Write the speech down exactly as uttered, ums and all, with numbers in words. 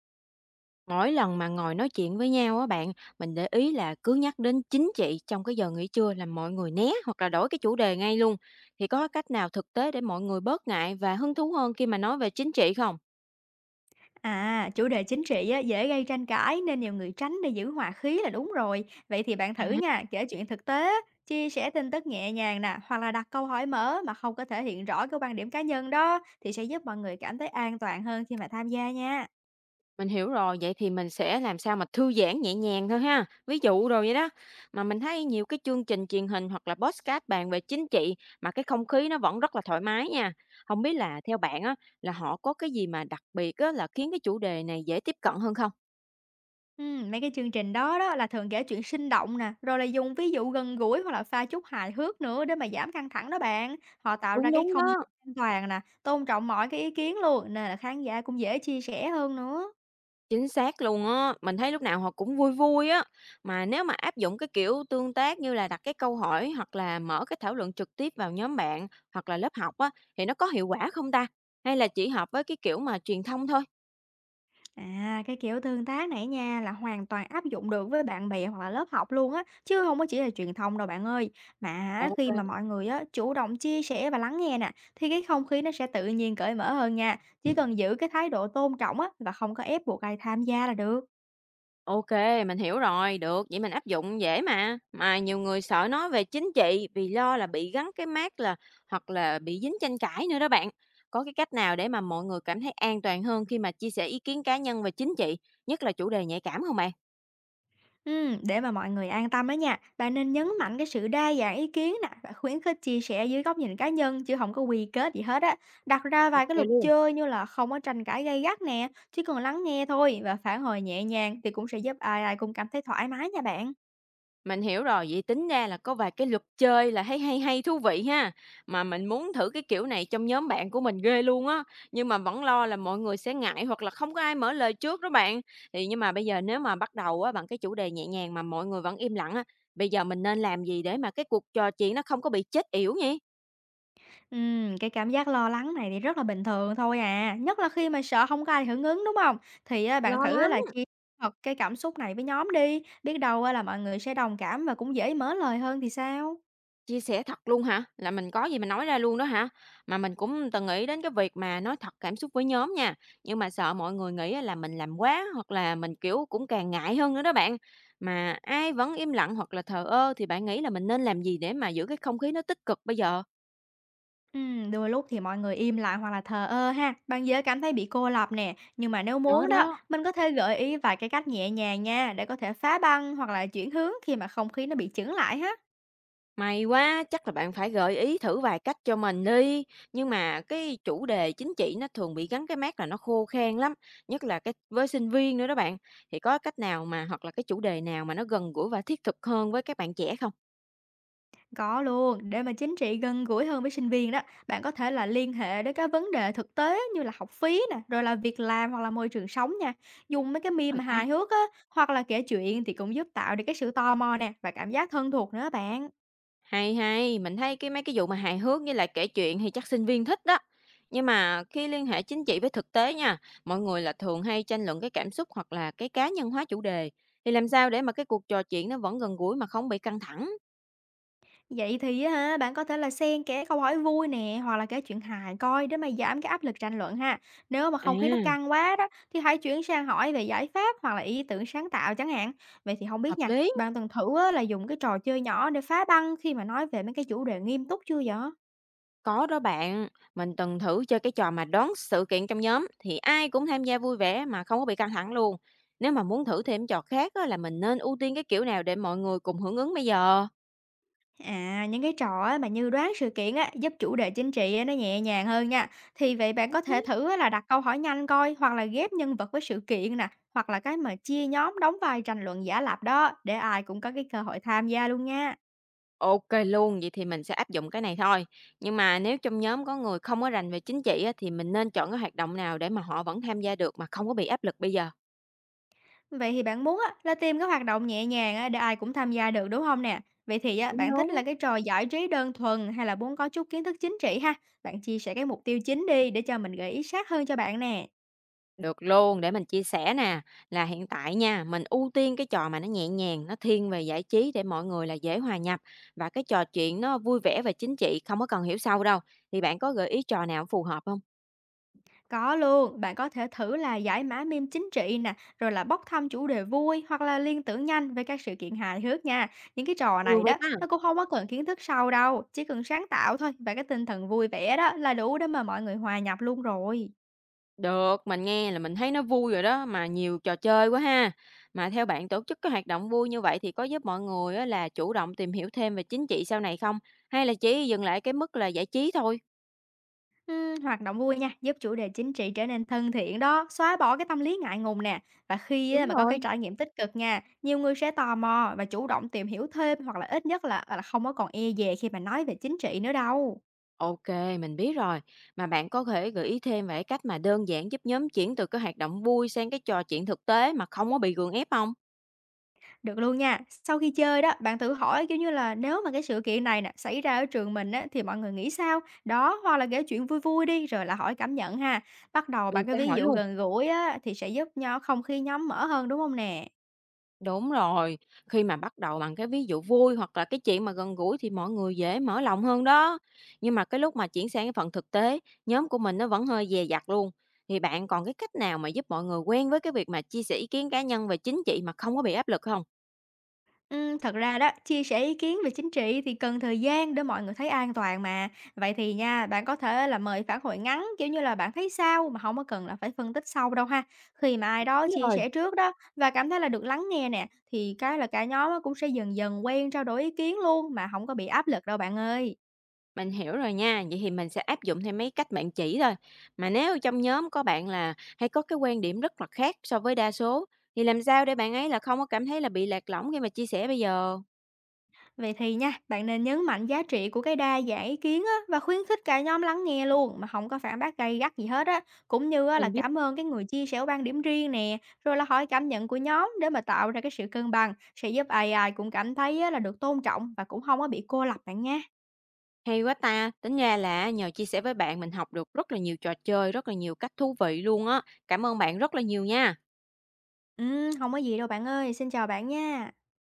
Mỗi lần mà ngồi nói chuyện với nhau á bạn, mình để ý là cứ nhắc đến chính trị trong cái giờ nghỉ trưa là mọi người né hoặc là đổi cái chủ đề ngay luôn. Thì có cách nào thực tế để mọi người bớt ngại và hứng thú hơn khi mà nói về chính trị không? À, chủ đề chính trị á, dễ gây tranh cãi nên nhiều người tránh để giữ hòa khí là đúng rồi. Vậy thì bạn thử À, nha, kể chuyện thực tế, chia sẻ tin tức nhẹ nhàng nè, hoặc là đặt câu hỏi mở mà không có thể hiện rõ cái quan điểm cá nhân đó, thì sẽ giúp mọi người cảm thấy an toàn hơn khi mà tham gia nha. Mình hiểu rồi, vậy thì mình sẽ làm sao mà thư giãn nhẹ nhàng thôi ha. Ví dụ rồi vậy đó. Mà mình thấy nhiều cái chương trình truyền hình hoặc là podcast bàn về chính trị mà cái không khí nó vẫn rất là thoải mái nha. Không biết là theo bạn á là họ có cái gì mà đặc biệt á là khiến cái chủ đề này dễ tiếp cận hơn không? Ừm, mấy cái chương trình đó đó là thường kể chuyện sinh động nè, rồi là dùng ví dụ gần gũi hoặc là pha chút hài hước nữa để mà giảm căng thẳng đó bạn. Họ tạo ra Đúng cái đúng không gian đó. an toàn nè, tôn trọng mọi cái ý kiến luôn, nên là khán giả cũng dễ chia sẻ hơn nữa. Chính xác luôn á, mình thấy lúc nào họ cũng vui vui á. Mà nếu mà áp dụng cái kiểu tương tác như là đặt cái câu hỏi hoặc là mở cái thảo luận trực tiếp vào nhóm bạn hoặc là lớp học á, thì nó có hiệu quả không ta? Hay là chỉ hợp với cái kiểu mà truyền thông thôi? À, cái kiểu tương tác này nha là hoàn toàn áp dụng được với bạn bè hoặc là lớp học luôn á, chứ không có chỉ là truyền thông đâu bạn ơi. Mà á, khi mà Ok, mọi người á chủ động chia sẻ và lắng nghe nè, thì cái không khí nó sẽ tự nhiên cởi mở hơn nha. Chỉ cần giữ cái thái độ tôn trọng á và không có ép buộc ai tham gia là được. ok, mình hiểu rồi, được, vậy mình áp dụng dễ mà. Mà nhiều người sợ nói về chính trị vì lo là bị gắn cái mác là hoặc là bị dính tranh cãi nữa đó bạn. Có cái cách nào để mà mọi người cảm thấy an toàn hơn khi mà chia sẻ ý kiến cá nhân về chính trị, nhất là chủ đề nhạy cảm không bạn? Ừm, để mà mọi người an tâm đó nha, bạn nên nhấn mạnh cái sự đa dạng ý kiến nè và khuyến khích chia sẻ dưới góc nhìn cá nhân chứ không có quy kết gì hết á. Đặt ra vài Ok cái luật luôn. chơi như là không có tranh cãi gay gắt nè, chỉ cần lắng nghe thôi và phản hồi nhẹ nhàng thì cũng sẽ giúp ai ai cũng cảm thấy thoải mái nha bạn. Mình hiểu rồi, vậy tính ra là có vài cái luật chơi là thấy hay hay, thú vị ha. Mà mình muốn thử cái kiểu này trong nhóm bạn của mình ghê luôn á, nhưng mà vẫn lo là mọi người sẽ ngại hoặc là không có ai mở lời trước đó bạn. Thì nhưng mà bây giờ nếu mà bắt đầu á bằng cái chủ đề nhẹ nhàng mà mọi người vẫn im lặng á, bây giờ mình nên làm gì để mà cái cuộc trò chuyện nó không có bị chết yểu nhỉ? Ừm, cái cảm giác lo lắng này thì rất là bình thường thôi à, nhất là khi mà sợ không có ai hưởng ứng đúng không? Thì á, bạn Lo thử lắm. là chia thật cái cảm xúc này với nhóm đi, biết đâu á là mọi người sẽ đồng cảm và cũng dễ mở lời hơn thì sao? Chia sẻ thật luôn hả? Là mình có gì mình nói ra luôn đó hả? Mà mình cũng từng nghĩ đến cái việc mà nói thật cảm xúc với nhóm nha, nhưng mà sợ mọi người nghĩ á là mình làm quá, hoặc là mình, kiểu, cũng càng ngại hơn nữa đó bạn. Mà ai vẫn im lặng hoặc là thờ ơ thì bạn nghĩ là mình nên làm gì để mà giữ cái không khí nó tích cực bây giờ? Ừm, đôi lúc thì mọi người im lặng hoặc là thờ ơ ha, bạn dễ cảm thấy bị cô lập nè. Nhưng mà nếu Đó muốn đó, đó. mình có thể gợi ý vài cái cách nhẹ nhàng nha, để có thể phá băng hoặc là chuyển hướng khi mà không khí nó bị chững lại ha. May quá, chắc là bạn phải gợi ý thử vài cách cho mình đi. Nhưng mà cái chủ đề chính trị nó thường bị gắn cái mác là nó khô khan lắm, nhất là cái với sinh viên nữa đó bạn. Thì có cách nào mà hoặc là cái chủ đề nào mà nó gần gũi và thiết thực hơn với các bạn trẻ không? Có luôn, để mà chính trị gần gũi hơn với sinh viên đó, bạn có thể là liên hệ đến các vấn đề thực tế như là học phí nè, rồi là việc làm hoặc là môi trường sống nha. Dùng mấy cái Đúng meme rồi mà ta. hài hước á, hoặc là kể chuyện thì cũng giúp tạo được cái sự tò mò nè và cảm giác thân thuộc nữa bạn. Hay hay, mình thấy cái mấy cái vụ mà hài hước với lại kể chuyện thì chắc sinh viên thích đó. Nhưng mà khi liên hệ chính trị với thực tế nha, mọi người là thường hay tranh luận cái cảm xúc hoặc là cái cá nhân hóa chủ đề. Thì làm sao để mà cái cuộc trò chuyện nó vẫn gần gũi mà không bị căng thẳng? Vậy thì á hả, bạn có thể là xen kẽ câu hỏi vui nè, hoặc là kể chuyện hài coi để mà giảm cái áp lực tranh luận ha. Nếu mà À. không khí nó căng quá đó, thì hãy chuyển sang hỏi về giải pháp hoặc là ý tưởng sáng tạo chẳng hạn. Vậy thì không biết Hợp nha, lý, bạn từng thử á, là dùng cái trò chơi nhỏ để phá băng khi mà nói về mấy cái chủ đề nghiêm túc chưa vậy? có đó bạn. Mình từng thử chơi cái trò mà đoán sự kiện trong nhóm thì ai cũng tham gia vui vẻ mà không có bị căng thẳng luôn. Nếu mà muốn thử thêm trò khác á, là mình nên ưu tiên cái kiểu nào để mọi người cùng hưởng ứng bây giờ? À, những cái trò á mà như đoán sự kiện á, giúp chủ đề chính trị á nó nhẹ nhàng hơn nha. Thì vậy bạn Đúng có thể thế. thử á là đặt câu hỏi nhanh coi, hoặc là ghép nhân vật với sự kiện nè, hoặc là cái mà chia nhóm đóng vai tranh luận giả lập đó, để ai cũng có cái cơ hội tham gia luôn nha. Ok luôn, vậy thì mình sẽ áp dụng cái này thôi. Nhưng mà nếu trong nhóm có người không có rành về chính trị á, thì mình nên chọn cái hoạt động nào để mà họ vẫn tham gia được mà không có bị áp lực bây giờ? Vậy thì bạn muốn á, là tìm cái hoạt động nhẹ nhàng á, để ai cũng tham gia được đúng không nè? Vậy thì á, Đúng bạn thích đúng. là cái trò giải trí đơn thuần hay là muốn có chút kiến thức chính trị ha? Bạn chia sẻ cái mục tiêu chính đi để cho mình gợi ý sát hơn cho bạn nè. Được luôn, để mình chia sẻ nè, là hiện tại nha, mình ưu tiên cái trò mà nó nhẹ nhàng, nó thiên về giải trí để mọi người là dễ hòa nhập và cái trò chuyện nó vui vẻ về chính trị, không có cần hiểu sâu đâu. Thì bạn có gợi ý trò nào phù hợp không? Có luôn, bạn có thể thử là giải mã meme chính trị nè, rồi là bốc thăm chủ đề vui hoặc là liên tưởng nhanh về các sự kiện hài hước nha. Những cái trò Nhiều này vậy đó, ta? nó cũng không có cần kiến thức sâu đâu, chỉ cần sáng tạo thôi và cái tinh thần vui vẻ đó là đủ để mà mọi người hòa nhập luôn rồi. Được, mình nghe là mình thấy nó vui rồi đó, mà nhiều trò chơi quá ha. Mà theo bạn tổ chức cái hoạt động vui như vậy thì có giúp mọi người á là chủ động tìm hiểu thêm về chính trị sau này không? Hay là chỉ dừng lại cái mức là giải trí thôi? Ừm, hoạt động vui nha, giúp chủ đề chính trị trở nên thân thiện đó, xóa bỏ cái tâm lý ngại ngùng nè. Và khi á, Đúng mà có cái rồi. trải nghiệm tích cực nha, nhiều người sẽ tò mò và chủ động tìm hiểu thêm hoặc là ít nhất là là không có còn e dè khi mà nói về chính trị nữa đâu. OK, mình biết rồi. Mà bạn có thể gợi ý thêm về cách mà đơn giản giúp nhóm chuyển từ cái hoạt động vui sang cái trò chuyện thực tế mà không có bị gượng ép không? Được luôn nha. Sau khi chơi đó, bạn thử hỏi, kiểu như là, nếu mà cái sự kiện này nè xảy ra ở trường mình á, thì mọi người nghĩ sao? Đó, hoặc là kể chuyện vui vui đi, rồi là hỏi cảm nhận ha. Bắt đầu Mình bằng cái sẽ ví hỏi dụ luôn. gần gũi á, thì sẽ giúp nhau không khí nhóm mở hơn, đúng không nè? Đúng rồi, khi mà bắt đầu bằng cái ví dụ vui hoặc là cái chuyện mà gần gũi thì mọi người dễ mở lòng hơn đó. Nhưng mà cái lúc mà chuyển sang cái phần thực tế, nhóm của mình nó vẫn hơi dè dặt luôn. Thì bạn còn cái cách nào mà giúp mọi người quen với cái việc mà chia sẻ ý kiến cá nhân về chính trị mà không có bị áp lực không? Ừm, thật ra đó, chia sẻ ý kiến về chính trị thì cần thời gian để mọi người thấy an toàn mà. Vậy thì nha, bạn có thể là mời phản hồi ngắn, kiểu như là bạn thấy sao mà không có cần là phải phân tích sâu đâu ha. Khi mà ai đó Biết chia rồi. sẻ trước đó và cảm thấy là được lắng nghe nè, thì cái là cả nhóm á cũng sẽ dần dần quen trao đổi ý kiến luôn mà không có bị áp lực đâu bạn ơi. Mình hiểu rồi nha, vậy thì mình sẽ áp dụng theo mấy cách bạn chỉ thôi. Mà nếu trong nhóm có bạn là hay có cái quan điểm rất là khác so với đa số, thì làm sao để bạn ấy là không có cảm thấy là bị lạc lõng khi mà chia sẻ bây giờ? Vậy thì nha, bạn nên nhấn mạnh giá trị của cái đa dạng ý kiến á, và khuyến khích cả nhóm lắng nghe luôn mà không có phản bác gay gắt gì hết á, cũng như á, là Mình biết. cảm ơn cái người chia sẻ quan điểm riêng nè, rồi là hỏi cảm nhận của nhóm để mà tạo ra cái sự cân bằng sẽ giúp ai ai cũng cảm thấy á, là được tôn trọng và cũng không có bị cô lập bạn nha. Hay quá ta, tính ra là nhờ chia sẻ với bạn mình học được rất là nhiều trò chơi, rất là nhiều cách thú vị luôn á. Cảm ơn bạn rất là nhiều nha. Ừ, không có gì đâu bạn ơi, xin chào bạn nha.